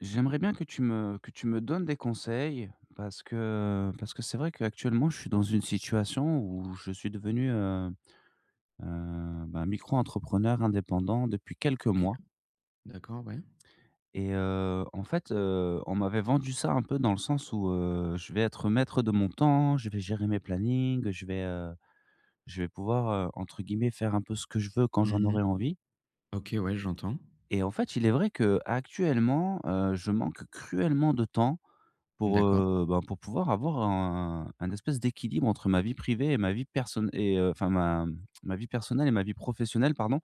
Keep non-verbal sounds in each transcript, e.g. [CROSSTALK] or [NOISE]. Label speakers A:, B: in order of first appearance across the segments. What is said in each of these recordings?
A: J'aimerais bien que tu me donnes des conseils parce que c'est vrai qu'actuellement, je suis dans une situation où je suis devenu, micro-entrepreneur indépendant depuis quelques
B: OK,
A: mois.
B: d'accord, ouais.
A: Et en fait, on m'avait vendu ça un peu dans le sens où, je vais être maître de mon temps, je vais gérer mes plannings, je vais pouvoir, entre guillemets «faire un peu ce que je veux quand j'en
B: Mmh,
A: aurai envie».
B: OK, ouais, j'entends.
A: Et en fait, il est vrai qu'actuellement, je manque cruellement de temps pour,
B: D'accord,
A: pour pouvoir avoir un espèce d'équilibre entre ma vie privée et ma vie personne et enfin ma vie personnelle et ma vie professionnelle, pardon.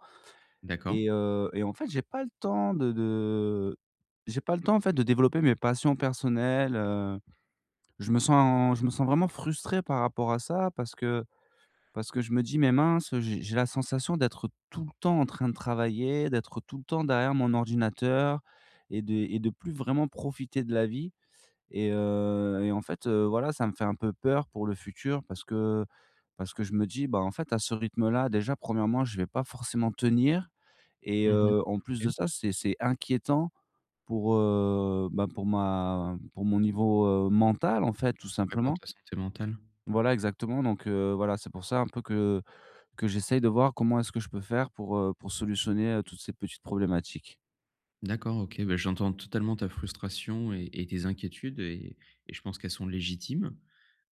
B: d'accord.
A: Et et en fait, j'ai pas le temps de j'ai pas le temps, en fait, de développer mes passions personnelles. Je me sens vraiment frustré par rapport à ça, parce que je me dis: «Mais mince, j'ai la sensation d'être tout le temps en train de travailler, d'être tout le temps derrière mon ordinateur et de plus vraiment profiter de la vie». Et et en fait, voilà, ça me fait un peu peur pour le futur, parce que je me dis: «Bah, en fait, à ce rythme-là, déjà, premièrement, je vais pas forcément tenir». Et
B: Mmh,
A: en
B: OK.
A: plus de ça, c'est inquiétant pour, pour ma pour mon niveau, mental, en fait, tout
B: Ouais, pour
A: simplement.
B: ta santé mentale.
A: Voilà, exactement. Donc voilà, c'est pour ça un peu que j'essaye de voir comment est-ce que je peux faire pour solutionner, toutes ces petites problématiques.
B: D'accord, OK, ben, j'entends totalement ta frustration et tes inquiétudes et je pense qu'elles sont légitimes.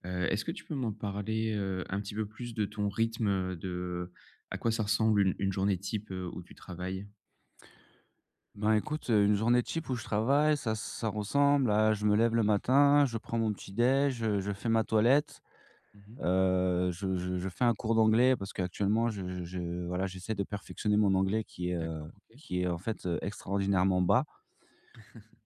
B: Est-ce que tu peux m'en parler, un petit peu plus de ton rythme, de à quoi ça ressemble une journée type, où tu travailles?
A: Ben, écoute, une journée type où je travaille, ça ressemble à je me lève le matin, je prends mon petit déj, je fais ma toilette,
B: Mmh,
A: je fais un cours d'anglais parce qu'actuellement je voilà, j'essaie de perfectionner mon anglais
B: d'accord, OK.
A: qui est en fait, extraordinairement bas.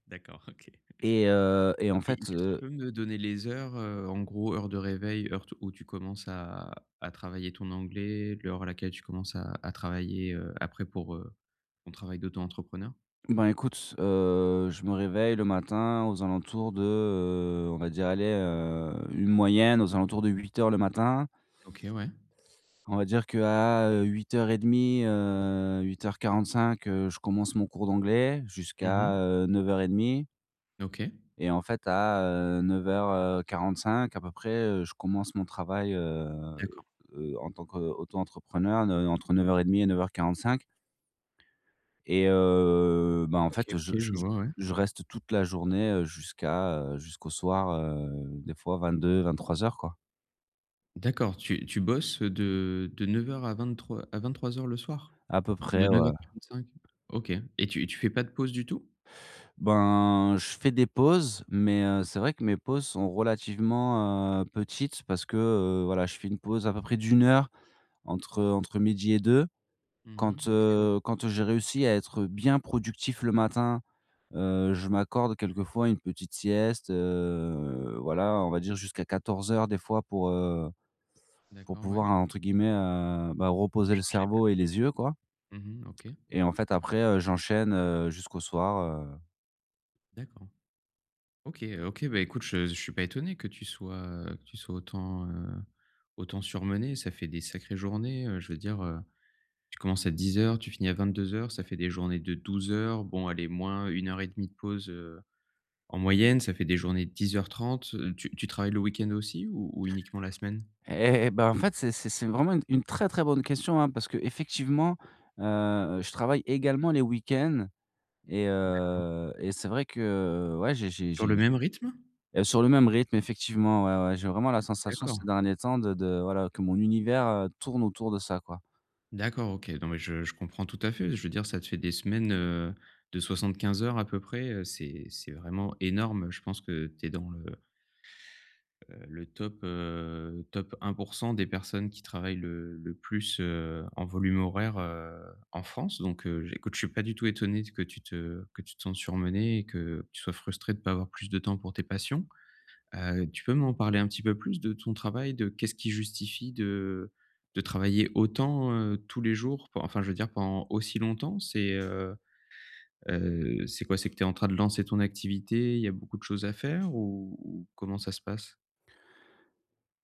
B: D'accord, [LAUGHS] OK.
A: Et et en
B: Et
A: fait,
B: juste, tu peux me donner les heures, en gros, heure de réveil, heure t où tu commences à travailler ton anglais, l'heure à laquelle tu commences à travailler, après pour ton travail d'auto-entrepreneur?
A: ben, écoute, je me réveille le matin aux alentours de, on va dire, allez, une moyenne aux alentours de 8 h le matin.
B: OK, ouais.
A: On va dire qu'à, 08:30, 08:45, je commence mon cours d'anglais jusqu'à,
B: Mmh,
A: 09:30,
B: OK.
A: et en fait à, neuf heures quarante-cinq à peu près, je commence mon travail,
B: D'accord.
A: en tant qu'auto-entrepreneur, entre 09:30 et 9h45. Et en
B: OK,
A: fait, je je
B: OK, je
A: je
B: vois, ouais.
A: je reste toute la journée, jusqu'à, jusqu'au soir, des fois vingt-deux vingt-trois heures quoi,
B: D'accord, tu bosses de 9 h à 23 h le soir?
A: à peu
B: De
A: près,
B: neuf
A: ouais.
B: heures vingt-cinq. OK, et tu fais pas de pause du tout?
A: Ben, je fais des pauses, mais c'est vrai que mes pauses sont relativement, petites parce que, voilà, je fais une pause à peu près d'une heure entre midi et deux.
B: Mmh, OK, ouais.
A: Quand j'ai réussi à être bien productif le matin, je m'accorde quelquefois une petite sieste, voilà, on va dire jusqu'à 14 h des fois pour
B: D'accord, ouais.
A: pouvoir, entre guillemets,
B: Pour
A: reposer le
B: changer les
A: cerveau et
B: batteries.
A: les yeux, quoi.
B: Mmh, OK,
A: Et en fait, après, j'enchaîne, jusqu'au soir,
B: d'accord. OK, OK, bah, écoute, je suis pas étonné que que tu sois autant surmené. Ça fait des sacrées journées, je veux dire, tu commences à 10 h, tu finis à 22 h. Ça fait des journées de 12 heures. Bon, allez, moins 1 h 30 de pause, en moyenne, ça fait des journées de 10 h 30. Tu travailles le week-end aussi ou uniquement la semaine?
A: et bah, en fait, c'est vraiment une très, très bonne question, hein, parce qu'effectivement, je travaille également les week-ends. Et
B: D'accord.
A: et c'est vrai que, ouais, j'ai j'ai
B: Sur
A: j'ai
B: le même rythme?
A: sur le même rythme, effectivement, ouais, ouais, j'ai vraiment la sensation ces
B: D'accord,
A: derniers temps de voilà, que mon univers, tourne autour de ça, quoi.
B: d'accord, OK. Non, mais je comprends tout à fait. Je veux dire, ça te fait des semaines, de 15 heures à peu près. C'est vraiment énorme. Je pense que tu es dans le top, top 1 des personnes qui travaillent le plus, en volume horaire, en France. Donc, j écoute, je suis pas du tout étonné que tu te sentes surmené et que tu sois frustré de pas avoir plus de temps pour tes passions. Tu peux m'en parler un petit peu plus de ton travail? De qu'est-ce qui justifie de travailler autant, tous les jours? Pen enfin, je veux dire pendant aussi longtemps? C'est quoi? C'est que tu es en train de lancer ton activité, il y a beaucoup de choses à faire ou comment ça se passe?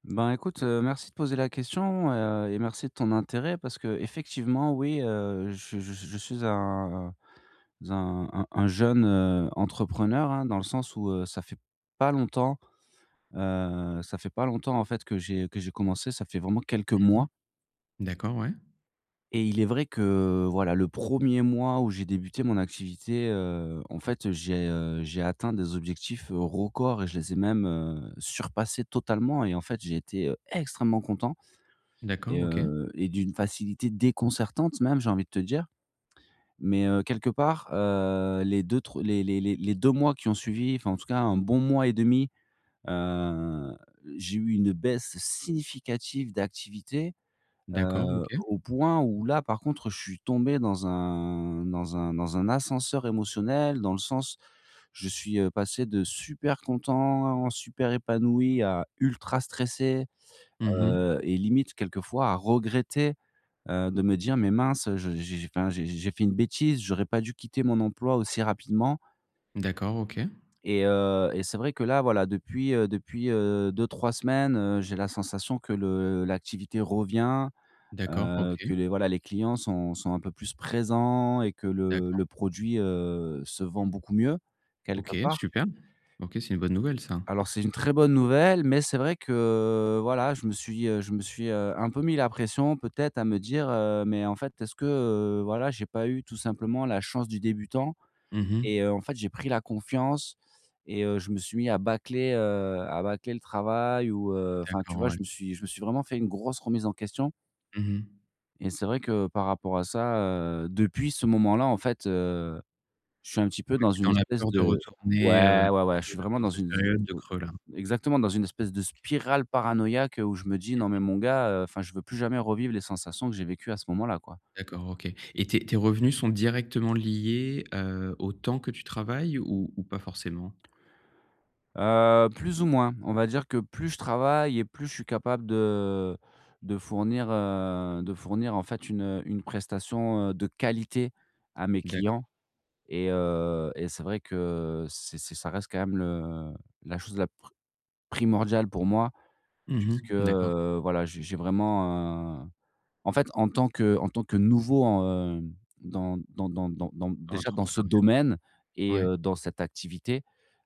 A: Ben, écoute, merci de poser la question, et merci de ton intérêt, parce que effectivement, oui, je suis un jeune, entrepreneur, hein, dans le sens où, ça fait pas longtemps, en fait, que j'ai commencé. Ça fait vraiment quelques mois.
B: D'accord, ouais.
A: Et il est vrai que, voilà, le premier mois où j'ai débuté mon activité, en fait, j'ai atteint des objectifs, records, et je les ai même, surpassés totalement, et en fait, j'ai été, extrêmement content.
B: D'accord,
A: Et
B: OK.
A: et d'une facilité déconcertante même, j'ai envie de te dire. Mais quelque part, les deux 3 les les les les 2 mois qui ont suivi, enfin, en tout cas, un bon mois et demi, 2 j'ai eu une baisse significative d'activité.
B: D'accord,
A: Heu,
B: OK.
A: au point où là, par contre, je suis tombé dans un ascenseur émotionnel, dans le sens, je suis, passé de super content, super épanoui à ultra stressé,
B: Mhm.
A: et limite quelquefois à regretter, de me dire: «Mais mince, je j'ai enfin, j'ai fait une bêtise, j'aurais pas dû quitter mon emploi aussi rapidement».
B: D'accord, OK.
A: Et et c'est vrai que là, voilà, depuis, 2-3 semaines, j'ai la sensation que le l'activité revient,
B: D'accord, OK.
A: Que les voilà, les clients sont un peu plus présents et que
B: D'accord.
A: le produit, se vend beaucoup mieux, quelque
B: OK,
A: part.
B: super. OK, c'est une bonne nouvelle, ça.
A: Alors c'est une très bonne nouvelle, mais c'est vrai que, voilà, je me suis, un peu mis la pression peut-être à me dire, «Mais en fait, est-ce que, voilà, j'ai pas eu tout simplement la chance du débutant?» Et
B: Mhm.
A: en fait, j'ai pris la confiance. Et je me suis mis à bâcler, à bâcler le travail ou, enfin, tu
B: D'accord,
A: vois, je
B: ouais.
A: me suis je me suis vraiment fait une grosse remise en question.
B: Mhm, mh.
A: Et c'est vrai que par rapport à ça, depuis ce moment-là, en fait, je suis un petit peu
B: Ouais,
A: dans
B: tu
A: une
B: dans la
A: espèce
B: peur de
A: de,
B: retourner,
A: ouais, ouais,
B: dans
A: ouais, je
B: ce
A: suis vraiment
B: dans
A: dans
B: cette
A: une,
B: période de creux là.
A: exactement, dans une espèce de spirale paranoïaque, où je me dis: «Non mais mon gars, enfin je veux plus jamais revivre les sensations que j'ai vécues à ce moment-là, quoi».
B: D'accord, OK, et tes revenus sont directement liés, au temps que tu travailles ou pas forcément?
A: Plus ou moins. On va dire que plus je travaille et plus je suis capable de fournir, en fait une prestation, de qualité à mes clients.
B: D'accord.
A: Et c'est vrai que c'est ça reste quand même le la chose la pr primordiale pour moi, puisque,
B: Mhm. D'accord.
A: voilà, en fait, en tant que nouveau
B: Dans
A: dans ce
B: l'entrepreneuriat.
A: domaine et
B: Ouais.
A: dans cette activité,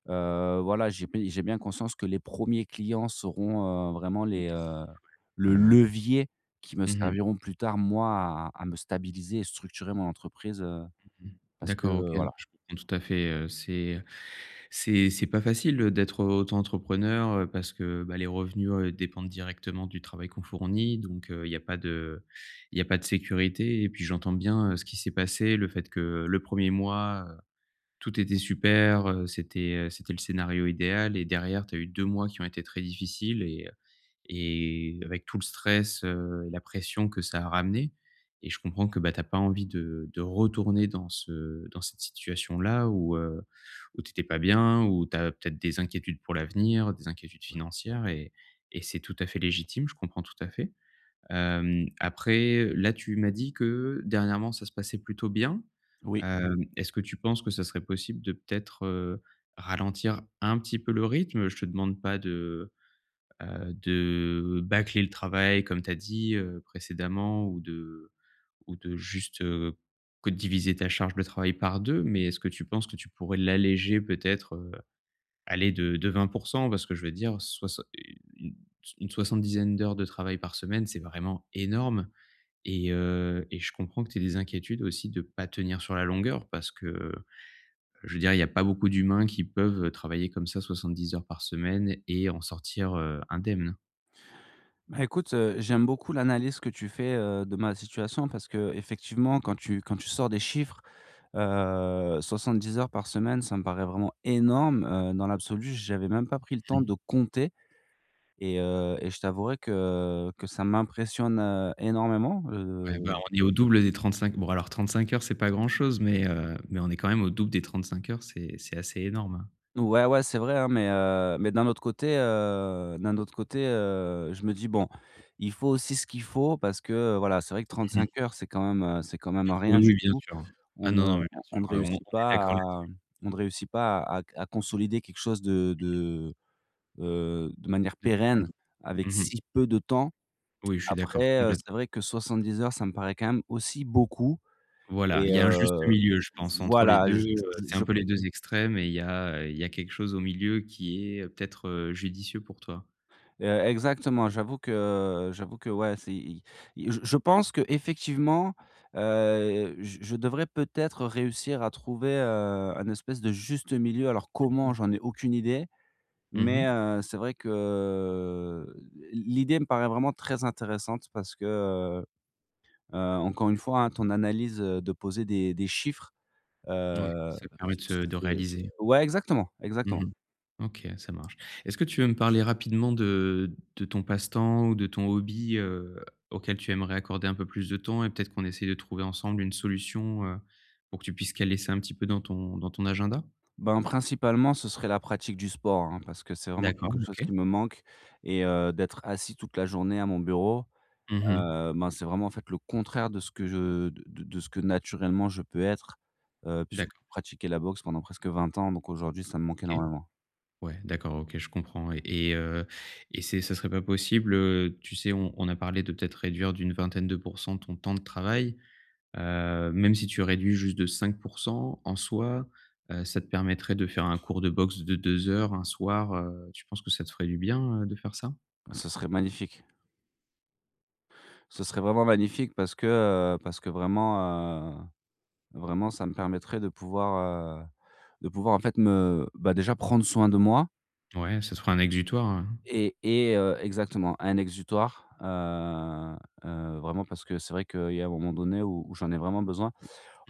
A: voilà, j'ai bien conscience que les premiers clients seront, vraiment
B: Mmh, décisif. Ouais,
A: le
B: ouais.
A: levier qui me
B: Mmh,
A: serviront plus tard, moi, à me stabiliser et structurer mon entreprise,
B: mmh.
A: parce que,
B: D'accord, OK, non,
A: voilà.
B: je comprends tout à fait. C'est pas facile, d'être auto-entrepreneur, parce que, bah, les revenus, dépendent directement du travail qu'on fournit, donc il y a pas de sécurité, et puis j'entends bien, ce qui s'est passé: le fait que le premier mois, tout était super, c'était le scénario idéal, et derrière, tu as eu 2 mois qui ont été très difficiles, et avec tout le stress, et la pression que ça a ramené, et je comprends que, bah, tu as pas envie de retourner dans ce dans cette situation-là où, où tu étais pas bien, où tu as peut-être des inquiétudes pour l'avenir, des inquiétudes financières, et c'est tout à fait légitime, je comprends tout à fait. Après, là, tu m'as dit que dernièrement, ça se passait plutôt bien.
A: Oui.
B: Est-ce que tu penses que ça serait possible de peut-être, ralentir un petit peu le rythme? Je te demande pas de bâcler le travail comme tu as dit, précédemment, ou de juste, que diviser ta charge de travail par 2. Mais est-ce que tu penses que tu pourrais l'alléger, peut-être, aller de 20, parce que je veux dire soixan une une soixante-dizaine d'heures de travail par semaine, c'est vraiment énorme, et je comprends que tu aies des inquiétudes aussi de ne pas tenir sur la longueur, parce que, je veux dire, il y a pas beaucoup d'humains qui peuvent travailler comme ça 70 heures par semaine et en sortir, indemnes.
A: Bah, écoute, j'aime beaucoup l'analyse que tu fais, de ma situation, parce que effectivement, quand tu sors des chiffres, 70 heures par semaine, ça me paraît vraiment énorme, dans l'absolu, j'avais même pas pris le temps
B: Mmh.
A: de compter. Et et je t'avouerai que ça m'impressionne, énormément,
B: Ouais, bah, on est au double des 35 heures, c'est pas grand chose, mais on est quand même au double des 35 heures, c'est assez énorme, hein.
A: ouais, ouais, c'est vrai, hein, mais d'un autre côté, je me dis: «Bon, il faut aussi ce qu'il faut», parce que, voilà, c'est vrai que
B: Mmh,
A: 35 heures, c'est quand même
B: oui,
A: rien du
B: oui, bien
A: tout.
B: sûr.
A: On
B: Ah
A: ne
B: non, non, mais bien
A: on
B: sûr,
A: ne
B: on
A: réussit
B: est
A: pas
B: d'accord
A: à
B: là-dessus.
A: on ne réussit pas à consolider quelque chose de manière pérenne avec
B: Mmh, mh.
A: si peu de temps.
B: Oui, je suis d'accord,
A: Après, c'est
B: complètement.
A: vrai que 70 heures, ça me paraît quand même aussi beaucoup.
B: Voilà,
A: Et
B: il y a un juste milieu, je pense, entre les
A: voilà,
B: 2.
A: je
B: C'est un
A: je je
B: peu les 2 extrêmes, et il y a quelque chose au milieu qui est, peut-être, judicieux pour toi.
A: exactement, j'avoue que, ouais, c'est i i je pense qu'effectivement, je devrais peut-être réussir à trouver, un espèce de juste milieu. Alors
B: Mmh.
A: comment? J'en ai aucune idée. Mais
B: Mmh,
A: c'est vrai que l'idée me paraît vraiment très intéressante parce que, heu encore une fois, hein, ton analyse, de poser des chiffres,
B: ouais,
A: heu,
B: ça permet de
A: c'est
B: réaliser.
A: ouais, exactement, exactement.
B: Mmh, OK, ça marche. Est-ce que tu veux me parler rapidement de ton passe-temps ou de ton hobby, auquel tu aimerais accorder un peu plus de temps, et peut-être qu'on essaie de trouver ensemble une solution, pour que tu puisses caler ça un petit peu dans ton agenda?
A: Ben, principalement, ce serait la pratique du sport, hein, parce que c'est vraiment
B: D'accord,
A: quelque chose qui
B: OK.
A: me manque. Et d'être assis toute la journée à mon bureau,
B: Mmh,
A: ben, c'est vraiment, en fait, le contraire de ce que je de ce que naturellement je peux être, puisque
B: d'accord,
A: j'ai pratiqué la boxe pendant presque 20 ans, donc aujourd'hui, ça me manque
B: OK.
A: énormément.
B: Ouais, d'accord, OK, je comprends, et c'est ça serait pas possible, tu sais, on a parlé de peut-être réduire d'une vingtaine de pourcents ton temps de travail, même si tu réduis juste de 5 en soi, ça te permettrait de faire un cours de boxe de 2 heures un soir, tu penses que ça te ferait du bien, de faire ça?
A: Ce serait magnifique. Ce serait vraiment magnifique parce que vraiment, vraiment ça me permettrait de pouvoir, en fait me déjà prendre soin de moi.
B: Ouais, ça te ferait un exutoire.
A: Et exactement, un exutoire, vraiment parce que c'est vrai qu'il y a un moment donné où j'en ai vraiment besoin.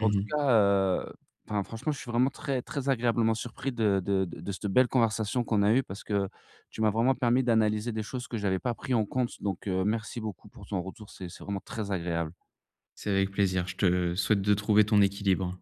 A: En tout cas, enfin franchement, je suis vraiment très très agréablement surpris de cette belle conversation qu'on a eue, parce que tu m'as vraiment permis d'analyser des choses que j'avais pas pris en compte, donc merci beaucoup pour ton retour, c'est vraiment très agréable.
B: C'est avec plaisir, je te souhaite de trouver ton équilibre.